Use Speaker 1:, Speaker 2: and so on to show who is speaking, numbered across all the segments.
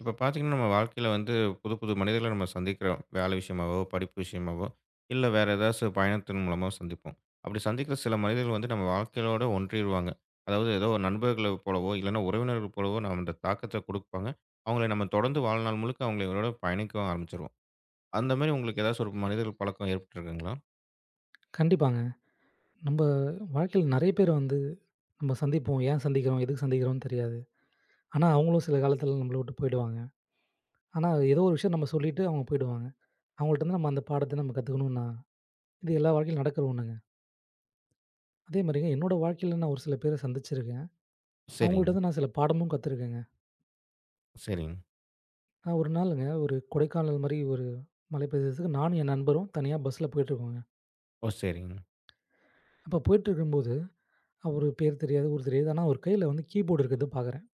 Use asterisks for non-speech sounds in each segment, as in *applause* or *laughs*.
Speaker 1: இப்ப பார்த்தீங்கன்னா, நம்ம வாழ்க்கையில வந்து புது புது மனிதர்கள நம்ம சந்திக்கிறோம். வேலை விஷயமாவோ, படிப்பு விஷயமாவோ, இல்ல வேற ஏதாச்சு பயணத்தின் மூலமா சந்திப்போம். அப்படி சந்திக்கிற சில மனிதர்கள் வந்து நம்ம வாழ்க்கையோட ஒன்றிருவாங்க. அதாவது ஏதோ நண்பர்கள போலவோ, இல்லன்னா உறவினர்கள் போலவோ நம்ம அந்த தாக்கத்த குடுப்பாங்க. அவங்கள நம்ம தொடர்ந்து வாழ்நாள் முழுக்க அவங்களோட பயணிக்கவும் ஆரம்பிச்சுருவோம். அந்த மாரி உங்களுக்கு ஏதாச்சு ஒரு மனிதர்கள் பழக்கம் ஏற்பட்டுருக்குங்களா?
Speaker 2: கண்டிப்பாங்க. நம்ப வாழ்க்கையில நெறைய பேர் வந்து நம்ம சந்திப்போம். ஏன் சந்திக்கிறோம்? எதுக்கு சந்திக்கிறோம்னு தெரியாது. ஆனா, அவங்களும் சில காலத்தில நம்மள விட்டு போயிடுவாங்க. ஆனா, ஏதோ ஒரு விஷயம் நம்ம சொல்லிட்டு அவங்க போயிடுவாங்க. அவங்கள்ட்டருந்து நம்ம அந்த பாடத்த நம்ம கத்துக்கணும்னா, இது எல்லா வாழ்க்கையிலும் நடக்கிற ஒண்ணுங்க. அதே மாரிங்க என்னோட வாழ்க்கையில நான் ஒரு சில பேர சந்திச்சிருக்கேன்.
Speaker 1: சரிங்க,
Speaker 2: அவங்கள்ட்டருந்து நான் சில பாடமும் கத்துருக்கேங்க.
Speaker 1: சரிங்க.
Speaker 2: நான் ஒரு நாளுங்க ஒரு கொடைக்கானல் மாரி ஒரு மலைப்பிரதேசத்துக்கு நானும் என் நண்பரும் தனியா பஸ்ல போயிட்டுருக்கோங்க.
Speaker 1: ஓ! சரிங்க.
Speaker 2: அப்ப போயிட்டுருக்கும்போது, அவரு பேர் தெரியாது, ஊர் தெரியாது. ஆனா, அவரு கையில வந்து கீபோர்டு இருக்கிறத பார்க்குறேன்.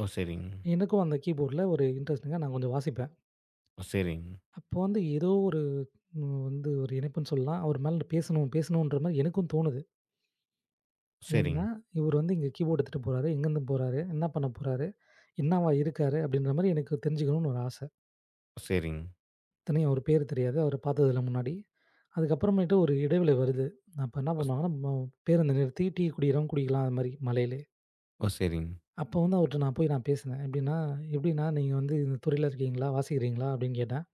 Speaker 1: ஓ! சரிங்க.
Speaker 2: எனக்கும் அந்த கீபோர்டுல ஒரு இன்ட்ரெஸ்ட்டுங்க. நான் கொஞ்சம் வாசிப்பேன்.
Speaker 1: ஓ! சரிங்க.
Speaker 2: அப்போ வந்து ஏதோ ஒரு வந்து ஒரு இணைப்புன்னு சொல்லலாம். அவர் மேல பேசணும், பேசணுன்ற மாரி எனக்கும் தோணுது. ஏன்னா,
Speaker 1: சரிங்க.
Speaker 2: இவர் வந்து இங்க கீபோர்ட் எடுத்துட்டு போறாரு, எங்கேருந்து போறாரு? என்ன பண்ண போறாரு? என்னவா இருக்காரு? அப்படின்ற மாரி எனக்கு தெரிஞ்சுக்கணும்னு ஒரு ஆசை.
Speaker 1: சரிங்க.
Speaker 2: இத்தனையும் அவர் பேரு தெரியாது. அவர பார்த்ததில்ல முன்னாடி. அதுக்கப்புறமேட்டு ஒரு இடைவேளை வருது. அப்ப என்ன பண்ணுவாங்கன்னா, பேருந்த நிறுத்தி டீ குடிக்கிறவங்க குடிக்கலாம் அது மாரி மழையிலே.
Speaker 1: ஓ! சரிங்க.
Speaker 2: அப்போ வந்து அவர்ட்ட நான் போய் நான் பேசினேன். எப்படின்னா, "எப்படிண்ணா நீங்க வந்து இந்த துறையில இருக்கீங்களா? வாசிக்கிறீங்களா?" அப்படின்னு கேட்டேன்.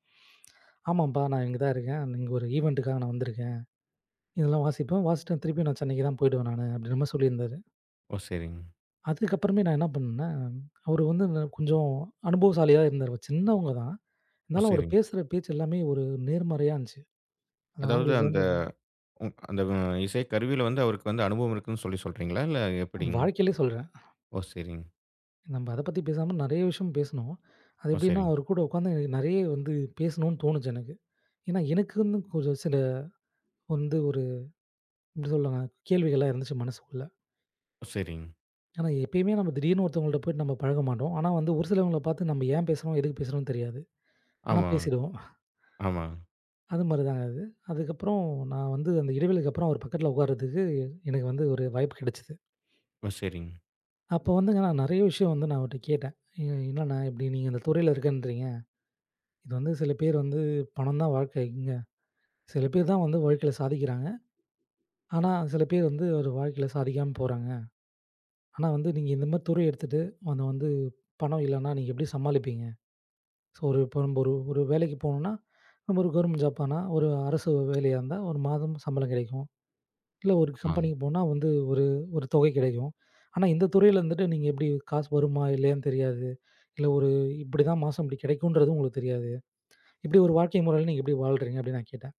Speaker 2: "ஆமாம்ப்பா நான் இங்க தான் இருக்கேன். இங்க ஒரு ஈவென்ட்டுக்காக நான் வந்திருக்கேன். இதெல்லாம் வாசிப்பேன். வாசிட்டு திருப்பி நான் சென்னைக்கு தான் போயிடுவேன் நானு" அப்படின்ற மாரி சொல்லியிருந்தாரு.
Speaker 1: ஓ! சரிங்க. ஓ! சரிங்க.
Speaker 2: அதுக்கப்புறமே நான் என்ன பண்ணேன்னா, அவரு வந்து கொஞ்சம் அனுபவசாலியா இருந்தாரு. சின்னவங்க தான்.
Speaker 1: ஓ!
Speaker 2: இருந்தாலும் அவரு
Speaker 1: சரிங்க.
Speaker 2: பேசுற பேச்சு எல்லாமே ஒரு நேர்மறையா இருந்துச்சு. அது
Speaker 1: அதாவது
Speaker 2: ஆங்கிலத்தில
Speaker 1: அந்த
Speaker 2: வந்து
Speaker 1: ம். அந்த இசை கருவியில வந்து அவருக்கு வந்து அனுபவம் இருக்குன்னு சொல்றீங்களா? இல்ல எப்படிங்க?
Speaker 2: வாழ்க்கையிலே சொல்றேன்.
Speaker 1: ஓ! சரிங்க.
Speaker 2: நம்ம அத பத்தி பேசாம நெறைய விஷயம் பேசுனோம். அது
Speaker 1: ஓ!
Speaker 2: எப்படின்னா,
Speaker 1: சரிங்க.
Speaker 2: அவரு கூட உட்காந்து எனக்கு நெறைய வந்து பேசணும்னு தோணுச்சு எனக்கு. ஏன்னா, எனக்குன்னு ஒரு சில வந்து ஒரு எப்படி சொல்லுவாங்க, கேள்விகள்லாம் இருந்துச்சு மனசுக்குள்ள.
Speaker 1: ஓ! சரிங்க.
Speaker 2: ஏன்னா, எப்பயுமே நம்ம திடீர்னு ஒருத்தவங்கள்ட்ட போயிட்டு நம்ம பழக மாட்டோம். ஆனா வந்து ஒரு சிலவங்கள பார்த்து நம்ம ஏன் பேசுறோம், எதுக்கு பேசுறோம்னு தெரியாது. ஆனா
Speaker 1: ஆமா,
Speaker 2: பேசிடுவோம்.
Speaker 1: ஆமா.
Speaker 2: அது மாரி தாங்க அது. அதுக்கப்புறம் நான் வந்து அந்த இடைவேளைக்கு அப்புறம் அவர் பக்கத்தில உட்கார்றதுக்கு எனக்கு வந்து ஒரு வாய்ப்பு கிடைச்சது.
Speaker 1: ஓ! சரிங்க.
Speaker 2: அப்போ வந்துங்க நான் நெறைய விஷயம் வந்து நான் அவர்ட்ட கேட்டேன். "எ என்னண்ணா இப்படி நீங்க இந்த துறையில இருக்கன்றீங்க. இது வந்து சில பேர் வந்து பணம் தான் வாழ்க்கைங்க. சில பேர் தான் வந்து வாழ்க்கையில சாதிக்கிறாங்க. ஆனா, சில பேர் வந்து ஒரு வாழ்க்கையில சாதிக்காம போறாங்க. ஆனா வந்து நீங்க இந்த மாரி துறை எடுத்துட்டு அத வந்து பணம் இல்லன்னா நீங்க எப்படி சமாளிப்பீங்க? ஸோ ஒரு இப்போ நம்ம ஒரு ஒரு வேலைக்கு போனோம்னா, நம்ம ஒரு கவர்மெண்ட் ஜாப் ஆனா ஒரு அரசு வேலையா இருந்தா ஒரு மாதம் சம்பளம் கிடைக்கும். இல்ல ஒரு
Speaker 1: ஆமாங்க.
Speaker 2: கம்பெனிக்கு போனா வந்து ஒரு ஒரு தொகை கிடைக்கும். ஆனா இந்த துறையில இருந்துட்டு நீங்க எப்படி காசு வருமா இல்லையான்னு தெரியாது. இல்ல ஒரு இப்படிதான் மாசம் இப்படி கிடைக்கும்ன்றது உங்களுக்கு தெரியாது. இப்படி ஒரு வாழ்க்கை முறையில நீங்க எப்படி வாழ்றீங்க அப்படின்னு நான் கேட்டேன்.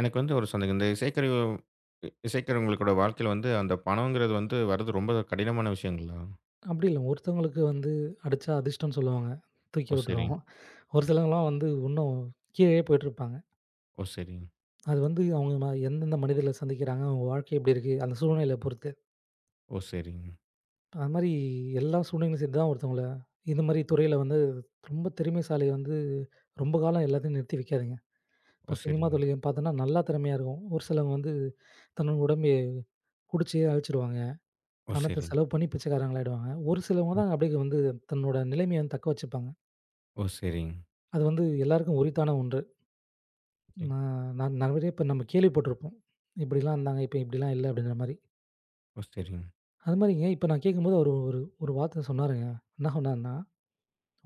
Speaker 1: எனக்கு வந்து ஒரு சந்தேகம். இந்த இசைக்கருவி இசைக்கருவிங்களோட வாழ்க்கையில வந்து அந்த பணம்ங்கிறது வந்து வர்றது ரொம்ப கடினமான விஷயங்களா?
Speaker 2: அப்படி இல்ல ஒருத்தவங்களுக்கு வந்து அடிச்சா அதிர்ஷ்டம்னு சொல்லுவாங்க. தூக்கி
Speaker 1: ஓ! சரிங்க.
Speaker 2: விட்டுருவோம். ஒரு சிலவங்கலாம் வந்து இன்னும் கீழயே போயிட்டுருப்பாங்க.
Speaker 1: ஓ! சரிங்க.
Speaker 2: அது வந்து அவங்க எந்தெந்த மனிதர்கள சந்திக்கிறாங்க, அவங்க வாழ்க்கை எப்படி இருக்கு, அந்த சூழ்நிலைய பொறுத்து.
Speaker 1: ஓ! சரிங்க.
Speaker 2: அது மாரி எல்லா சூழ்நிலையும் சேர்த்து தான் ஒருத்தவங்கள இந்த மாரி துறையில வந்து ரொம்ப திறமைசாலி வந்து ரொம்ப காலம் எல்லாத்தையும் நிறுத்தி வைக்காதீங்க.
Speaker 1: ஓ!
Speaker 2: இப்ப சினிமா
Speaker 1: சரிங்க.
Speaker 2: தொழில் பார்த்தோன்னா, நல்லா திறமையா இருக்கும். ஒரு சிலவங்க வந்து தன்னோட உடம்பையே குடிச்சே அழிச்சிருவாங்க.
Speaker 1: ஓ!
Speaker 2: பணத்த
Speaker 1: சரிங்க.
Speaker 2: செலவு பண்ணி பிச்சைக்காரங்களாயிடுவாங்க. ஒரு சிலவங்க
Speaker 1: ம்.
Speaker 2: தான் அப்படியே வந்து தன்னோட நிலைமைய வந்து தக்க வச்சுப்பாங்க.
Speaker 1: ஓ! சரிங்க.
Speaker 2: அது வந்து எல்லாருக்கும் உரித்தான ஒன்று.
Speaker 1: ஓகே.
Speaker 2: நான் நான் நெறைய இப்ப நம்ம கேள்விப்பட்டிருப்போம். இப்படிலாம் இருந்தாங்க, இப்ப இப்படிலாம் இல்ல அப்படின்ற மாரி.
Speaker 1: ஓ! சரிங்க.
Speaker 2: அது மாரிங்க இப்ப நான் கேட்கும்போது அவரு ஒரு ஒரு வார்த்த சொன்னாருங்க. என்ன சொன்னாருன்னா,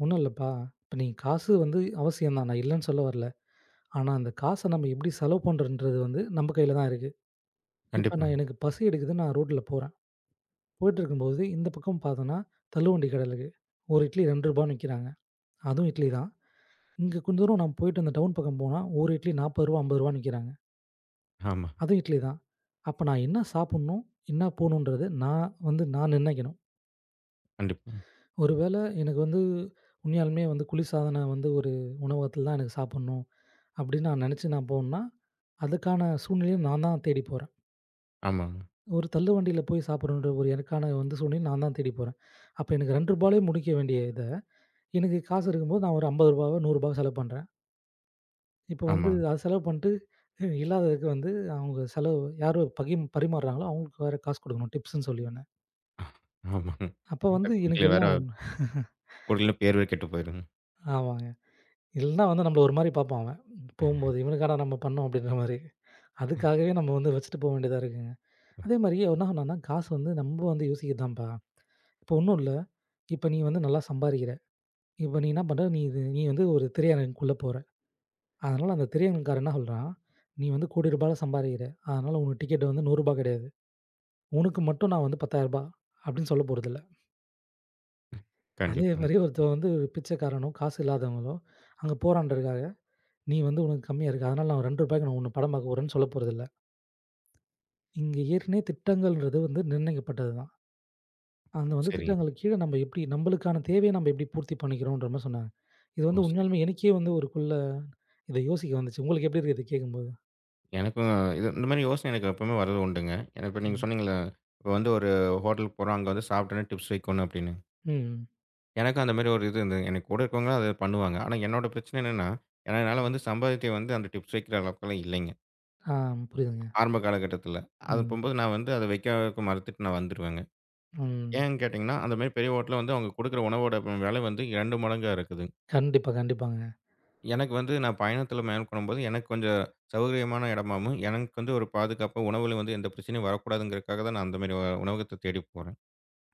Speaker 2: "ஒண்ணும் இல்லப்பா. இப்ப நீங்க காசு வந்து அவசியம் தான். நான் இல்லன்னு சொல்ல வரல. ஆனா அந்த காச நம்ம எப்படி செலவு பண்றோம்ன்றது வந்து நம்ம கையில தான் இருக்கு. இப்ப நான்
Speaker 1: கண்டிப்பாங்க.
Speaker 2: எனக்கு பசி எடுக்குது. நான் ரோட்ல போறேன். போயிட்டு இருக்கும்போது, இந்த பக்கம் பார்த்தோன்னா, தள்ளுவண்டி கடை இருக்கு. ஒரு இட்லி ரூ. 2ன்னு விக்கிறாங்க. அதுவும் இட்லி தான். இங்க கொஞ்ச தூரம் நம்ம போயிட்டு அந்த டவுன் பக்கம் போனா, ஒரு இட்லி ரூ. 40 ரூபாய், ரூ. 50ன்னு விக்கிறாங்க.
Speaker 1: ஆமா.
Speaker 2: அதுவும் இட்லி தான். அப்ப நான் என்ன சாப்புட்ணும்? என்ன போணுன்றது நான் வந்து நான் நிர்ணயிக்கணும்.
Speaker 1: கண்டிப்பா.
Speaker 2: ஒரு வேளை எனக்கு வந்து உண்மையாலுமே வந்து குளிர்சாதன வந்து ஒரு உணவகத்துல தான் எனக்கு சாப்புட்ணும், அப்படின்னு நான் நெனச்சு நான் போனேன்னா, அதுக்கான சூழ்நிலைய நான் தான் தேடி போறேன்.
Speaker 1: ஆமாங்க.
Speaker 2: ஒரு தள்ளுவண்டியில போய் சாப்புட்றன்ற ஒரு எனக்கான வந்து சூழ்நிலைய நான் தான் தேடி போறேன். அப்ப எனக்கு ரூ. 2லயே முடிக்க வேண்டிய இத எனக்கு காசு இருக்கும்போது நான் ஒரு ரூ. 50வோ, ரூ. 100வோ செலவு பண்றேன். இப்போ வந்து
Speaker 1: ஆமாங்க.
Speaker 2: அது செலவு பண்ணிட்டு இல்லாததுக்கு வந்து அவங்க செலவு யாரு பகிம் பரிமாறுறாங்களோ அவங்களுக்கு வேற காசு குடுக்கணும் டிப்ஸ்ன்னு சொல்லி ஒண்ணு.
Speaker 1: ஆ- ஆமாங்க.
Speaker 2: அப்போ வந்து
Speaker 1: அது
Speaker 2: எனக்கு
Speaker 1: குடுக்கல வேற
Speaker 2: எல்லாம் ஒண்ணு.
Speaker 1: குடுக்கலன்னா பேர் வேற கெட்டு போயிருங்க.
Speaker 2: ஆமாங்க. இல்லன்னா வந்து நம்மள ஒரு மாரி பார்ப்பான் அவன். போம்போது இவனுக்காடா நம்ம பண்ணோம் அப்படின்ற மாரி. அதுக்காகவே நம்ம வந்து வச்சுட்டு போ வேண்டியதா இருக்குங்க. அதே மாரி என்ன சொன்னான்னா காசு வந்து நம்ம வந்து யோசிக்கிறதுதான்ப்பா. இப்போ ஒண்ணும் இல்ல. இப்போ நீ வந்து நல்லா சம்பாரிக்கிற. இப்போ நீ என்ன பண்ற? நீ இது நீ வந்து ஒரு திரையரங்குக்குள்ள போற. அதனால அந்த திரையரங்குக்காரன் என்ன சொல்றான், "நீ வந்து ரூ. 1,00,00 சம்பாரிக்கிற. அதனால உனக்கு டிக்கெட் வந்து ரூ. 100 ரூபாய் கிடையாது. உனக்கு மட்டும் நான் வந்து ரூ. 10,000 ரூபாய் அப்படின்னு சொல்லப் போறதில்ல." அதே
Speaker 1: கண்டிப்பாங்க.
Speaker 2: மாரி ஒருத்தன் வந்து ஒரு பிச்சைக்காரனோ, காசு இல்லாதவங்களோ அங்க போறான்றதுக்காக, "நீ வந்து உனக்கு கம்மியா இருக்கு. அதனால நான் ரூ. 2 ரூபாய் நான் உன்ன படம் பார்க்க போறேன்னு" சொல்லப் போறதில்ல. இங்க ஏற்கனவே திட்டங்கள்ன்றது வந்து நிர்ணயிக்கப்பட்டது தான். அந்த வந்து
Speaker 1: சரிங்க.
Speaker 2: திட்டங்களுக்கு கீழ நம்ம எப்படி நம்மளுக்கான தேவைய நம்ம எப்படி பூர்த்தி பண்ணிக்கிறோம்ன்ற மாரி சொன்னாங்க. இது
Speaker 1: ஓ!
Speaker 2: வந்து
Speaker 1: சரி.
Speaker 2: உண்மையாலுமே எனக்கே வந்து ஒருக்குள்ள இத யோசிக்க வந்துச்சு. உங்களுக்கு எப்படி இருக்கு இத கேட்கும்போது?
Speaker 1: எனக்கும் இது இந்த மாரி யோசனை எனக்கு எப்பவுமே வர்றது உண்டுங்க. எனக்கு இப்ப நீங்க
Speaker 2: ம்.
Speaker 1: சொன்னீங்கல்ல, இப்ப வந்து ஒரு ஹோட்டலுக்கு போறோம். அங்க வந்து சாப்பிட்டோனே டிப்ஸ் வைக்கணும் அப்படின்னு.
Speaker 2: ம்.
Speaker 1: எனக்கும் அந்த மாரி ஒரு இது இருந்தது. எனக்கு கூட இருக்கவங்களும் அத பண்ணுவாங்க. ஆனா என்னோட பிரச்சனை என்னன்னா, என்னால
Speaker 2: ம்.
Speaker 1: வந்து சம்பாதியத்தை வந்து அந்த டிப்ஸ் வைக்கிற அளவுக்குலாம் இல்லைங்க.
Speaker 2: ஆ, புரியுதுங்க.
Speaker 1: ஆரம்ப காலகட்டத்தில. அது
Speaker 2: ம்.
Speaker 1: போகும்போது நான் வந்து அத வைக்க மறுத்துட்டு நான் வந்துருவேங்க.
Speaker 2: ம்.
Speaker 1: ஏன்னு கேட்டீங்கன்னா, அந்த மாரி பெரிய ஹோட்டல்ல வந்து அவங்க குடுக்குற உணவோட விலை வந்து 2 மடங்கா இருக்குது.
Speaker 2: கண்டிப்பா, கண்டிப்பாங்க.
Speaker 1: எனக்கு வந்து நான் பயணத்தில மேற்கொள்ளும்போது, எனக்கு கொஞ்சம் சௌகரியமான இடமாவும், எனக்கு வந்து ஒரு பாதுகாப்பா, உணவுல வந்து எந்த பிரச்சனையும் வரக்கூடாதுங்கிறதுக்காக தான் நான் அந்த மாரி உணவகத்த தேடி போறேன்.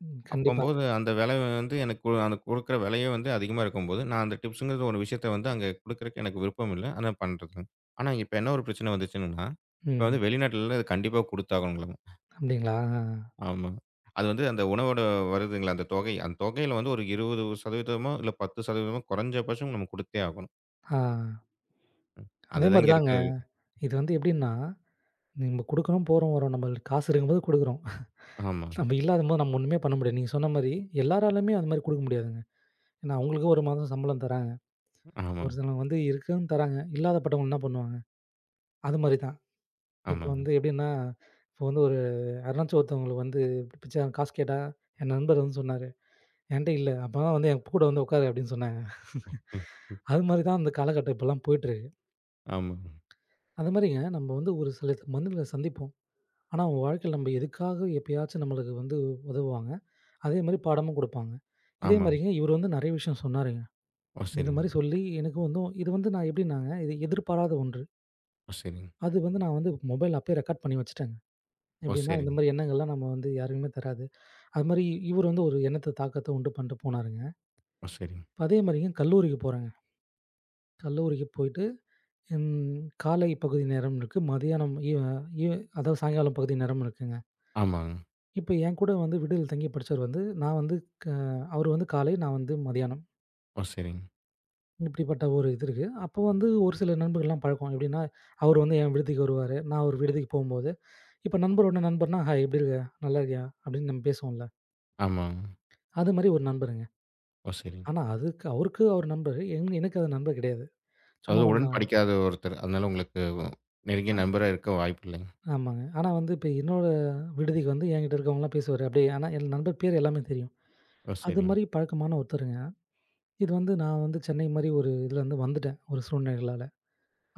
Speaker 2: ம். கண்டிப்பாக.
Speaker 1: அப்பம்போது அந்த விலை வந்து எனக்கு அந்த குடுக்குற விலையே வந்து அதிகமா இருக்கும்போது, நான் அந்த டிப்ஸுங்கிற ஒரு விஷயத்த வந்து அங்க குடுக்குறக்கு எனக்கு விருப்பம் இல்ல. ஆனா பண்றதுங்க. ஆனா இப்ப என்ன ஒரு பிரச்சனை வந்துச்சுங்கன்னா, இப்ப
Speaker 2: ம்.
Speaker 1: வந்து வெளிநாட்டுலலாம் இது கண்டிப்பா குடுத்தாகணுங்களாமா.
Speaker 2: அப்படிங்களா? ஆ.
Speaker 1: ஆமா. அது வந்து அந்த உணவோட வருதுங்களா, அந்த தொகை. அந்த தொகையில வந்து ஒரு 20% மோ, இல்ல 10% மோ குறைஞ்சபட்சம் நம்ம குடுத்தே ஆகணும்.
Speaker 2: ஆ. அதே
Speaker 1: அதுதான்
Speaker 2: மாரி
Speaker 1: இங்க
Speaker 2: தாங்க.
Speaker 1: இருக்க
Speaker 2: இது வந்து எப்படின்னா, நம்ம குடுக்குறோம், போறோம், வரோம். நம்மள்ட்ட காசு இருக்கும்போது குடுக்குறோம்.
Speaker 1: ஆமா.
Speaker 2: நம்ம இல்லாதம்போது நம்ம ஒண்ணுமே பண்ண முடியாது. நீங்க சொன்ன மாரி எல்லாராலயுமே அது மாரி குடுக்க முடியாதுங்க. ஏன்னா, அவங்களுக்கு ஒரு மாதம் சம்பளம் தராங்க.
Speaker 1: ஆமா,
Speaker 2: ஒரு சிலவங்க வந்து இருக்குன்னு தராங்க. இல்லாதப்பட்டவங்க என்ன பண்ணுவாங்க? அது மாரி தான். இப்ப
Speaker 1: ஆமாங்க.
Speaker 2: வந்து எப்படின்னா, இப்போ வந்து ஒரு யாருனாச்சும் ஒருத்தவங்களுக்கு வந்து பிச்சைக்காரன் காசு கேட்டா, என் நண்பர் வந்து சொன்னாரு, "என்ட்ட இல்ல. அப்பதான் வந்து என் கூட வந்து உட்காரு" அப்படின்னு சொன்னாங்க.
Speaker 1: ம், ம்.
Speaker 2: அது மாரி தான் அந்த காலகட்டம் இப்பலாம் போயிட்டுருக்கு.
Speaker 1: ஆமா,
Speaker 2: அது மாரிங்க, நம்ம வந்து ஒரு சில மனிதர்கள சந்திப்போம். ஆனா, அவங்க வாழ்க்கையில நம்ம எதுக்காக எப்பயாச்சும் நம்மளுக்கு வந்து உதவுவாங்க. அதே மாரி பாடமும் குடுப்பாங்க. இதே
Speaker 1: ஆமா.
Speaker 2: மாரிங்க இவரு வந்து நெறைய விஷயம் சொன்னாருங்க.
Speaker 1: ஓ!
Speaker 2: இந்த
Speaker 1: சரிங்க,
Speaker 2: மாரி சொல்லி எனக்கு வந்து இது வந்து நான் எப்படின்னாங்க, இது எதிர்பாராத ஒன்று.
Speaker 1: ஓ! சரிங்க,
Speaker 2: அது வந்து நான் வந்து மொபைல்ல அப்பயே ரெக்கார்ட் பண்ணி வச்சுட்டேங்க.
Speaker 1: ஓ!
Speaker 2: எப்படின்னா, இந்த
Speaker 1: சரிங்க,
Speaker 2: மாரி எண்ணங்கள்லாம் நம்ம வந்து யாருக்குமே தராது. அது மாரி இவரு வந்து ஒரு எண்ணத்த தாக்கத்த உண்டு பண்ணிட்டு போனாருங்க.
Speaker 1: ஓ! சரிங்க.
Speaker 2: இப்ப அதே மாரிங்க கல்லூரிக்கு போறேங்க. கல்லூரிக்கு போயிட்டு ம் காலை பகுதி நேரம் இருக்கு. மதியானம் ஈவ் ஈவ் அதாவது சாயங்காலம் பகுதி நேரம் இருக்குங்க.
Speaker 1: ஆமாங்க.
Speaker 2: இப்ப என் கூட வந்து விடுதியில தங்கி படிச்சவர் வந்து, நான் வந்து க அவரு வந்து காலை, நான் வந்து மதியானம்.
Speaker 1: ஓ! சரிங்க.
Speaker 2: இப்படிப்பட்ட ஒரு இது இருக்கு. அப்போ வந்து ஒரு சில நண்பர்கள்லாம் பழக்கம். எப்படின்னா, அவரு வந்து என் விடுதிக்கு வருவாரு. நான் ஒரு விடுதிக்கு போம்போது, இப்ப நண்பரோட நண்பர்னா, "ஹாய் எப்படி இருக்க? நல்லா இருக்கியா?" அப்படின்னு நம்ம பேசுவோம்ல.
Speaker 1: ஆமாங்க.
Speaker 2: அது மாரி ஒரு நண்பருங்க.
Speaker 1: ஓ! சரிங்க.
Speaker 2: ஆனா அதுக்கு அவருக்கு அவர் நண்பரு. என் எனக்கு அது நண்பர் கிடையாது. சும்மா
Speaker 1: அதாவது
Speaker 2: நம்ம
Speaker 1: உடன் படிக்காத ஒருத்தர். அதனால உங்களுக்கு நெருங்கிய
Speaker 2: அ
Speaker 1: நண்பரா இருக்க வாய்ப்பில்லைங்க.
Speaker 2: ஆமாங்க. ஆனா வந்து இப்ப என்னோட விடுதிக்கு வந்து என்கிட்ட இருக்கவங்கலாம் பேசுவாரு. அப்படியே ஆனா என் நண்பர் பேர் எல்லாமே தெரியும்.
Speaker 1: ஓ!
Speaker 2: அது
Speaker 1: சரிங்க,
Speaker 2: மாரி பழக்கமான ஒருத்தருங்க. இது வந்து நான் வந்து சென்னை மாரி ஒரு இதுலேருந்து வந்துட்டேன், ஒரு சூழ்நிலைகளால.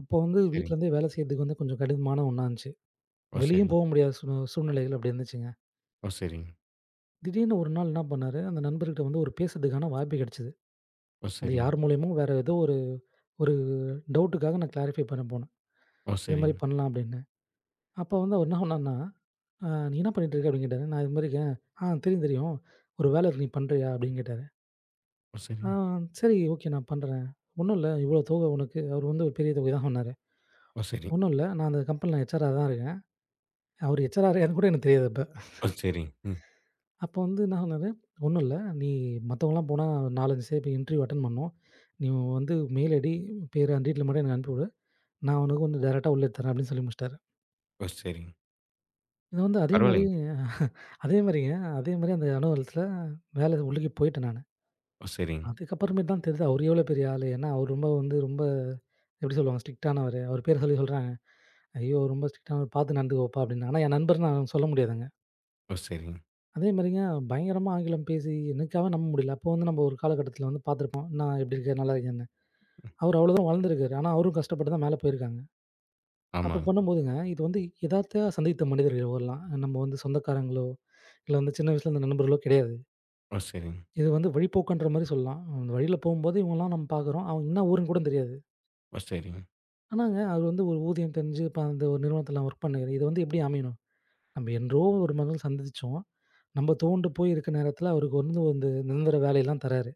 Speaker 2: அப்போ வந்து
Speaker 1: சரிங்க.
Speaker 2: வீட்லேருந்தே வேலை செய்றதுக்கு வந்து கொஞ்சம் கடினமான ஒண்ணா இருந்துச்சு.
Speaker 1: ஓ!
Speaker 2: வெளியும்
Speaker 1: சரிங்க,
Speaker 2: போக முடியாத சூழ்நிலைகள் அப்படி இருந்துச்சுங்க.
Speaker 1: ஓ! சரிங்க,
Speaker 2: திடீர்னு ஒரு நாள் என்ன பண்ணாரு, அந்த நண்பர்கிட்ட வந்து ஒரு பேசுறதுக்கான வாய்ப்பு கிடைச்சது.
Speaker 1: ஓ!
Speaker 2: அது
Speaker 1: சரிங்க,
Speaker 2: யார் மூலியமோ வேற ஏதோ ஒரு ஒரு டவுட்டுக்காக நான் கிளாரிஃபை பண்ண போனேன்.
Speaker 1: ஓ!
Speaker 2: இது மாரி
Speaker 1: சரிங்க,
Speaker 2: பண்ணலாம் அப்படின்னு. அப்போ வந்து அவர் என்ன சொன்னார்ன்னா, " நீ என்ன பண்ணிட்டு இருக்க?" அப்படின்னு கேட்டாரு. நான் இது மாரி இருக்கேன். "ஆ தெரியும், தெரியும். ஒரு வேலை இருக்கு. நீ பண்றியா?" அப்படின்னு கேட்டாரு.
Speaker 1: ஓ!
Speaker 2: "ஆ,
Speaker 1: சரிங்க,
Speaker 2: சரி, ஓகே நான் பண்றேன்." "ஒண்ணும் இல்ல. இவ்வளோ தொகை உனக்கு." அவர் வந்து ஒரு பெரிய தொகை தான் சொன்னாரு.
Speaker 1: ஓ! சரிங்க,
Speaker 2: ஒண்ணும் இல்ல. நான் அந்த கம்பெனில ஹெச்ஆரா தான் இருக்கேன். அவரு ஹெச்ஆரா இருக்காருன்னு கூட எனக்கு தெரியாது அப்ப.
Speaker 1: ஓ! சரிங்க. ம்.
Speaker 2: அப்ப வந்து என்ன சொன்னாரு, "ஒண்ணும் இல்ல. நீ மத்தவங்கலாம் போனா 4, 5 பேர் இன்டர்வியூ அட்டெண்ட் பண்ணணும். நீ வந்து மெயில் ஐடி, பேரு அந்த டீட்டெயில் மட்டும் எனக்கு அனுப்பி விடு. நான் உனக்கு வந்து டைரக்ட்டா உள்ள தரேன்" அப்படின்னு சொல்லி முடிச்சுட்டாரு.
Speaker 1: ஓ! சரிங்க.
Speaker 2: இது வந்து அதே மாரி
Speaker 1: பரவாயில்லைங்க.
Speaker 2: *laughs* அதே மாரிங்க. அதே மாரி அந்த அலுவலகத்துல வேலை உள்ளுக்கே போயிட்டேன் நானு.
Speaker 1: ஓ! சரிங்க,
Speaker 2: அதுக்கப்புறமேட்டு தான் தெரியுது அவரு எவ்வளோ பெரிய ஆளு. ஏன்னா, அவரு ரொம்ப வந்து ரொம்ப எப்படி சொல்லுவாங்க ஸ்ட்ரிக்ட்டானவரு. அவரு பேர் சொல்லி சொல்றாங்க. "ஐயோ! ரொம்ப ஸ்ட்ரிக்ட்டானவரு. பாத்து நடந்துக்கோப்பா" அப்படின்னு. ஆனா என் நண்பர்ன்னு நான் சொல்ல முடியாதுங்க.
Speaker 1: ஓ! சரிங்க.
Speaker 2: அதே மாரிங்க பயங்கரமா ஆங்கிலம் பேசி எனக்காக நம்ப முடியல. அப்போ வந்து நம்ப ஒரு காலகட்டத்தில வந்து பார்த்துருப்போம். "அண்ணா எப்படி இருக்க? நல்லா இருக்கியான்னு?"
Speaker 1: ம்.
Speaker 2: அவரு அவ்வளோ தூரம் வளர்ந்துருக்காரு. ஆனா அவரும் கஷ்டப்பட்டு தான் மேல போயிருக்காங்க. அப்போ
Speaker 1: ஆமாங்க.
Speaker 2: பண்ணும்போதுங்க, இது வந்து எதார்த்தயா சந்தித்த மனிதர்கள் இவர்லாம். நம்ம வந்து சொந்தக்காரங்களோ, இல்ல வந்து சின்ன வயசுல இருந்த நண்பர்களோ கிடையாது.
Speaker 1: ஓ! சரிங்க,
Speaker 2: இது வந்து வழிப்போக்கன்ற மாரி சொல்லலாம். அந்த வழியில போம்போது இவங்கலாம் நம்ம பார்க்குறோம். அவங்க என்ன ஊருன்னு கூட தெரியாது.
Speaker 1: ஓ! சரிங்க.
Speaker 2: ஆனாங்க அவரு வந்து ஒரு ஊதியம் தெரிஞ்சு இப்ப அந்த ஒரு நிறுவனத்தில ஒர்க் பண்ணுறாரு. இது வந்து எப்படி அமையணும்? நம்ம என்றோ ஒரு மனிதன் சந்திச்சோம். நம்ப துவண்டு போய் இருக்க நேரத்தில அவருக்கு வந்து வந்து நிரந்தர வேலையெல்லாம் தராரு.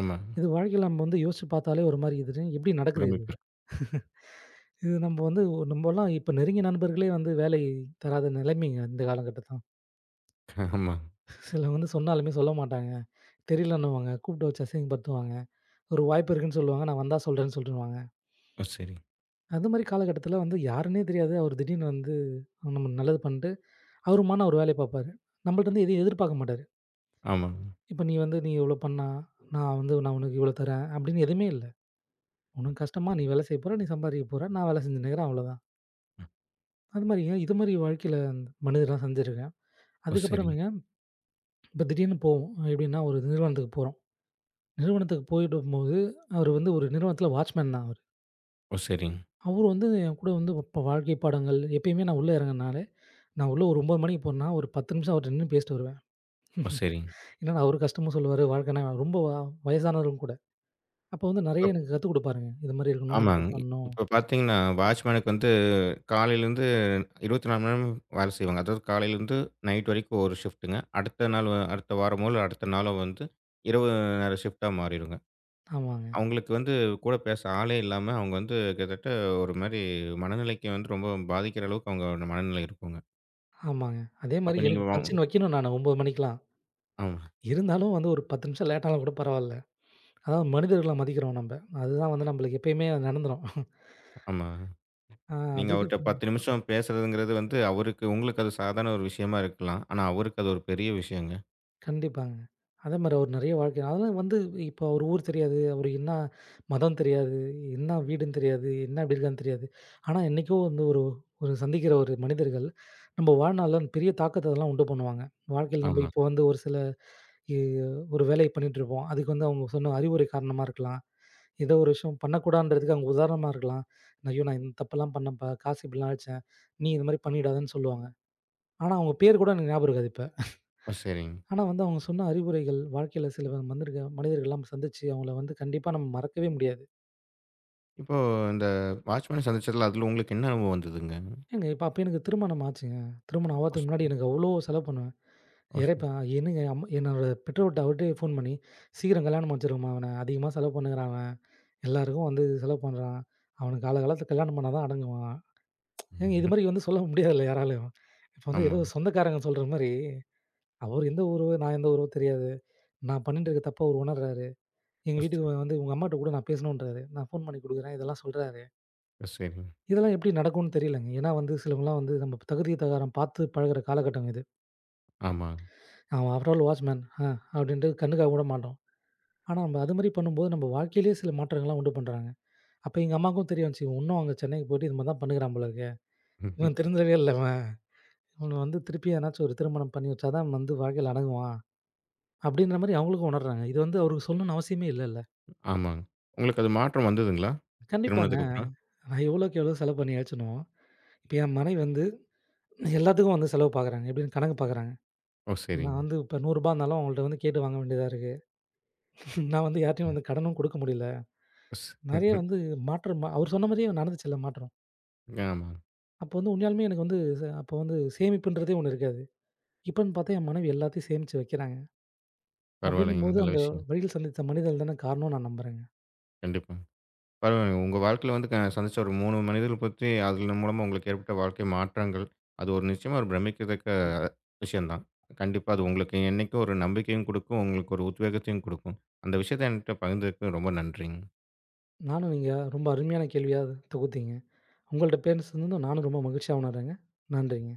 Speaker 1: ஆமாங்க.
Speaker 2: இது வாழ்க்கையில நம்ம வந்து யோசிச்சு பார்த்தாலே ஒரு மாரி இது எப்படி நடக்குது இது?
Speaker 1: பிரமிப்பு இருக்கு.
Speaker 2: இது நம்ம வந்து ஒரு- நம்மலாம் இப்ப நெருங்கிய நண்பர்களே வந்து வேலை தராத நிலைமைங்க இந்த காலகட்டத்தில.
Speaker 1: ஆமாங்க.
Speaker 2: சிலர் வந்து சொன்னாலுமே சொல்ல மாட்டாங்க. தெரியலன்னுவாங்க, கூப்பிட்டு வச்சு அசிங்கப்படுத்துவாங்க. ஒரு வாய்ப்பு இருக்குன்னு சொல்லுவாங்க, நான் வந்தா சொல்றேன்னு சொல்லிடுவாங்க.
Speaker 1: ஓ! சரிங்க.
Speaker 2: அந்த மாரி காலகட்டத்தில வந்து யாருன்னே தெரியாது. அவர் திடீர்னு வந்து நம்ம நல்லது பண்ணிட்டு, அவருமான ஒரு வேலைய பார்ப்பாரு. நம்மள்ட்ட இருந்து எதையும் எதிர்பார்க்க மாட்டாரு.
Speaker 1: ஆமாங்க.
Speaker 2: இப்ப நீ வந்து நீ இவ்வளோ பண்ணா, நான் வந்து நான் உனக்கு இவ்வளோ தரேன் அப்படின்னு எதுவுமே இல்ல. உனக்கு கஷ்டமா நீ வேலை செய்ய போற, நீ சம்பாதிக்க போற, நான் வேலை செஞ்சுன்னுருக்கிறேன் அவ்வளோதான். அது மாரிங்க, இது மாரி வாழ்க்கையில மனிதர்லாம் சந்திச்சிருக்கேன்.
Speaker 1: ஓ! சரிங்க.
Speaker 2: அதுக்கப்புறமேங்க, இப்ப திடீர்னு போவோம். எப்படின்னா, ஒரு நிறுவனத்துக்கு போறோம். நிறுவனத்துக்கு போயிடும்போது, அவரு வந்து ஒரு நிறுவனத்தில வாட்ச்மேன் தான் அவரு.
Speaker 1: ஓ! சரிங்க.
Speaker 2: அவரு வந்து என் கூட வந்து இப்ப வாழ்க்கை பாடங்கள் எப்பயுமே நான் உள்ள இறங்குனாலே, நான் உள்ள ஒரு 9 மணிக்கு போனேன்னா, ஒரு 10 நிமிஷம் அவர்ட்ட நின்னு பேசிட்டு வருவேன்.
Speaker 1: ஓ! சரிங்க.
Speaker 2: ஏன்னா, அவரு கஷ்டமும் சொல்லுவாரு, வாழ்க்கைனா ரொம்ப வயசானவரும் கூட. அப்போ வந்து
Speaker 1: இப்ப
Speaker 2: நெறைய எனக்கு கத்துக் குடுப்பாருங்க. இது மாரி இருக்கணும், இப்படி
Speaker 1: ஆமாங்க.
Speaker 2: பண்ணணும்.
Speaker 1: இப்ப பார்த்தீங்கன்னா, வாட்ச்மேனுக்கு வந்து காலையிலேருந்து 24 மணி நேரமும் வேலை செய்வாங்க. அதாவது காலையிலேருந்து நைட் வரைக்கும் ஒரு ஷிஃப்ட்டுங்க. அடுத்த நாள் வ அடுத்த வாரமோ, இல்ல அடுத்த நாளோ வந்து இரவு நேர ஷிஃப்ட்டா மாறிருங்க.
Speaker 2: ஆமாங்க,
Speaker 1: அவங்களுக்கு வந்து கூட பேச ஆளே இல்லாம, அவங்க வந்து கிட்டத்தட்ட ஒரு மாரி மனநிலைக்கு வந்து ரொம்ப பாதிக்கிற அளவுக்கு அவங்க மனநிலை இருக்குங்க.
Speaker 2: ஆமாங்க. அதே
Speaker 1: அப்ப
Speaker 2: மாரி
Speaker 1: நீங்க
Speaker 2: எனக்கு
Speaker 1: வ
Speaker 2: பஞ்சின் வைக்கணும் நானு 9 மணிக்கெல்லாம்.
Speaker 1: ஆமா,
Speaker 2: இருந்தாலும் வந்து ஒரு 10 நிமிஷம் லேட் ஆனா கூட பரவால்ல. அதாவது மனிதர்கள மதிக்கிறோம் நம்ப. அதுதான் வந்து நம்மளுக்கு எப்பயுமே நடந்துரும்.
Speaker 1: ஆமா.
Speaker 2: ஆ,
Speaker 1: நீங்க
Speaker 2: அதுக்கு
Speaker 1: அவர்ட்ட
Speaker 2: ம்,
Speaker 1: 10 நிமிஷம் பேசுறதுங்கிறது வந்து அவருக்கு உங்களுக்கு அது சாதாரண ஒரு விஷயமா இருக்கலாம். ஆனா, அவருக்கு அது ஒரு பெரிய விஷயங்க.
Speaker 2: கண்டிப்பாங்க. அதேமாரி அவர் நெறைய வாழ்க்கை அதெல்லாம் வந்து இப்போ அவர் ஊர் தெரியாது, அவர் என்ன மதம் தெரியாது, என்ன வீடுன்னு தெரியாது, என்ன எப்படி இருக்கான்னு தெரியாது. ஆனா என்னைக்கோ வந்து ஒரு ஒரு சந்திக்கிற ஒரு மனிதர்கள், நம்ம வாழ்நாள்ல பெரிய தாக்கத்த அதெல்லாம் உண்டு பண்ணுவாங்க. வாழ்க்கையில நம்ம
Speaker 1: ஆமா.
Speaker 2: இப்போ வந்து ஒரு சில இ ஒரு வேலைய பண்ணிட்டுருப்போம். அதுக்கு வந்து அவங்க சொன்ன அறிவுரை காரணமா இருக்கலாம். ஏதோ ஒரு விஷயம் பண்ணக்கூடாதுன்றதுக்கு அவங்க உதாரணமா இருக்கலாம். "ஐயோ! நான் இந்த தப்பெல்லாம் பண்ணேன்ப்பா. காசு இப்படிலாம் அழிச்சேன். நீ இது மாரி பண்ணிடாதன்னு" சொல்லுவாங்க. ஆனா அவங்க பேர் கூட எனக்கு ஞாபகம் இருக்காது இப்ப.
Speaker 1: ஓ! சரிங்க.
Speaker 2: ஆனா வந்து அவங்க சொன்ன அறிவுரைகள் வாழ்க்கையில சில மனிதர்கள்லாம் நம்ம சந்திச்சு அவங்கள வந்து கண்டிப்பா நம்ம மறக்கவே முடியாது.
Speaker 1: இப்போ இந்த வாட்ச்மேன சந்திச்சதுல அதுல உங்களுக்கு என்ன அனுபவம் வந்ததுங்க?
Speaker 2: ஏங்க இப்ப அப்ப எனக்கு திருமணம் ஆச்சுங்க. திருமணம்
Speaker 1: ஓ! ச
Speaker 2: ஆவறதுக்கு முன்னாடி எனக்கு அவ்வளோ செலவு பண்ணுவேன்.
Speaker 1: ஓ! ச
Speaker 2: இறைப்பேன் என்னங்க என்னோட பெற்றோர்ட்ட அவர்ட்டயே ஃபோன் பண்ணி, "சீக்கிரம் கல்யாணம் முடிச்சிருங்கம்மா அவன. அதிகமா செலவு பண்ணுகிறான் அவன். எல்லாருக்கும் வந்து செலவு பண்றான். அவனுக்கு காலகாலத்தில கல்யாணம் பண்ணா தான் அடங்குவான்." ஏங்க இது மாரி வந்து சொல்ல முடியாதுல்ல யாராலயும். இப்ப வந்து
Speaker 1: ஆமா.
Speaker 2: ஏதோ சொந்தக்காரங்க சொல்ற மாரி, அவரு எந்த ஊரு, நான் எந்த ஊரோ தெரியாது. நான் பண்ணிட்டு இருக்க தப்ப அவரு உணர்றாரு. எங்க
Speaker 1: ஓ!
Speaker 2: வீட்டுக்கு
Speaker 1: சரி
Speaker 2: வந்து உங்க அம்மாட்ட கூட நான் பேசணுன்றாரு. நான் ஃபோன் பண்ணி குடுக்குறேன். இதெல்லாம் சொல்றாரு.
Speaker 1: ஓ! சரிங்க.
Speaker 2: இதெல்லாம் எப்படி நடக்கும்னு தெரியலங்க. ஏன்னா வந்து சிலவங்கலாம் வந்து நம்ம தகுதி தகாரம் பார்த்து பழகுற காலகட்டம் இது.
Speaker 1: ஆமா.
Speaker 2: அவன் ஆஃப்டர் ஆல் வாட்ச்மேன். அப்படின்ட்டு கண்ணுக்காக விட மாட்டோம். ஆனா நம்ம அது மாரி பண்ணும்போது நம்ம வாழ்க்கையிலேயே சில மாற்றங்கள்லாம் உண்டு பண்றாங்க. அப்ப எங்க அம்மாவுக்கும் தெரிய வந்துச்சு. இன்னும் அவங்க சென்னைக்கு போயிட்டு இது மாரி தான் பண்ணுகிறான் போல இருக்கே. இவன் திருந்தவே இல்ல இவன். இவன வந்து திருப்பி எதனாச்சும் ஒரு திருமணம் பண்ணி வச்சா தான் வந்து வாழ்க்கையில அணுகுவான். அப்படின்ற மாரி அவங்களுக்கும் உணர்றாங்க. இது வந்து அவருக்கு சொல்லணும்னு அவசியமே இல்லல்ல.
Speaker 1: ஆமாங்க. உங்களுக்கு அது மாற்றம் வந்ததுங்களா?
Speaker 2: கண்டிப்பாங்க.
Speaker 1: திருமணத்துக்கு அப்புறம்?
Speaker 2: நான் எவ்வளோக்கு எவ்வளோ செலவு பண்ணியாச்சுனோ, இப்ப என் மனைவி வந்து எல்லாத்துக்கும் வந்து செலவு பார்க்குறாங்க. எப்படின்னு கணக்கு பார்க்குறாங்க.
Speaker 1: ஓ!
Speaker 2: நான்
Speaker 1: சரிங்க.
Speaker 2: வந்து இப்ப ரூ. 100 ரூபாய் இருந்தாலும் அவங்கள்ட்ட வந்து கேட்டு வாங்க வேண்டியதா இருக்கு. நான் வந்து யார்ட்டயும்
Speaker 1: ம்.
Speaker 2: வந்து கடனும் குடுக்க முடியல.
Speaker 1: ஸ்
Speaker 2: நெறைய வந்து அவர் சொன்ன மாரியே நடந்துச்சுல்ல மாற்றம்.
Speaker 1: ஆமா.
Speaker 2: அப்ப வந்து உண்மையாலுமே எனக்கு வந்து அப்ப வந்து சேமிப்புன்றதே ஒண்ணு இருக்காது. இப்பன்னு பார்த்தா என் மனைவி எல்லாத்தையும் சேமிச்சு வைக்கிறாங்க.
Speaker 1: பரவாயில்லைங்க.
Speaker 2: அப்படின்னும்போது
Speaker 1: நல்ல
Speaker 2: அந்த
Speaker 1: விஷயம்.
Speaker 2: வழியில் சந்தித்த மனிதன் தானே காரணம்னு நான் நம்புறேங்க.
Speaker 1: கண்டிப்பா. பரவாயில்லைங்க. உங்க வாழ்க்கையில வந்து சந்திச்ச ஒரு 3 மனிதர்கள பத்தி அதன் மூலமா உங்களுக்கு ஏற்பட்ட வாழ்க்கை மாற்றங்கள், அது ஒரு நிச்சயமா ஒரு பிரமிக்கத்தக்க விஷயம் தான். கண்டிப்பா அது உங்களுக்கு என்னைக்கும் ஒரு நம்பிக்கையும் குடுக்கும், உங்களுக்கு ஒரு உத்வேகத்தையும் குடுக்கும். அந்த விஷயத்த என்கிட்ட பகிர்ந்ததுக்கு ரொம்ப நன்றிங்க.
Speaker 2: நானும் நீங்க ரொம்ப அருமையான கேள்வியா தொகுத்தீங்க. உங்கள்ட்ட பேசுனதும் நானும் ரொம்ப மகிழ்ச்சியா உணர்றேங்க. நன்றிங்க.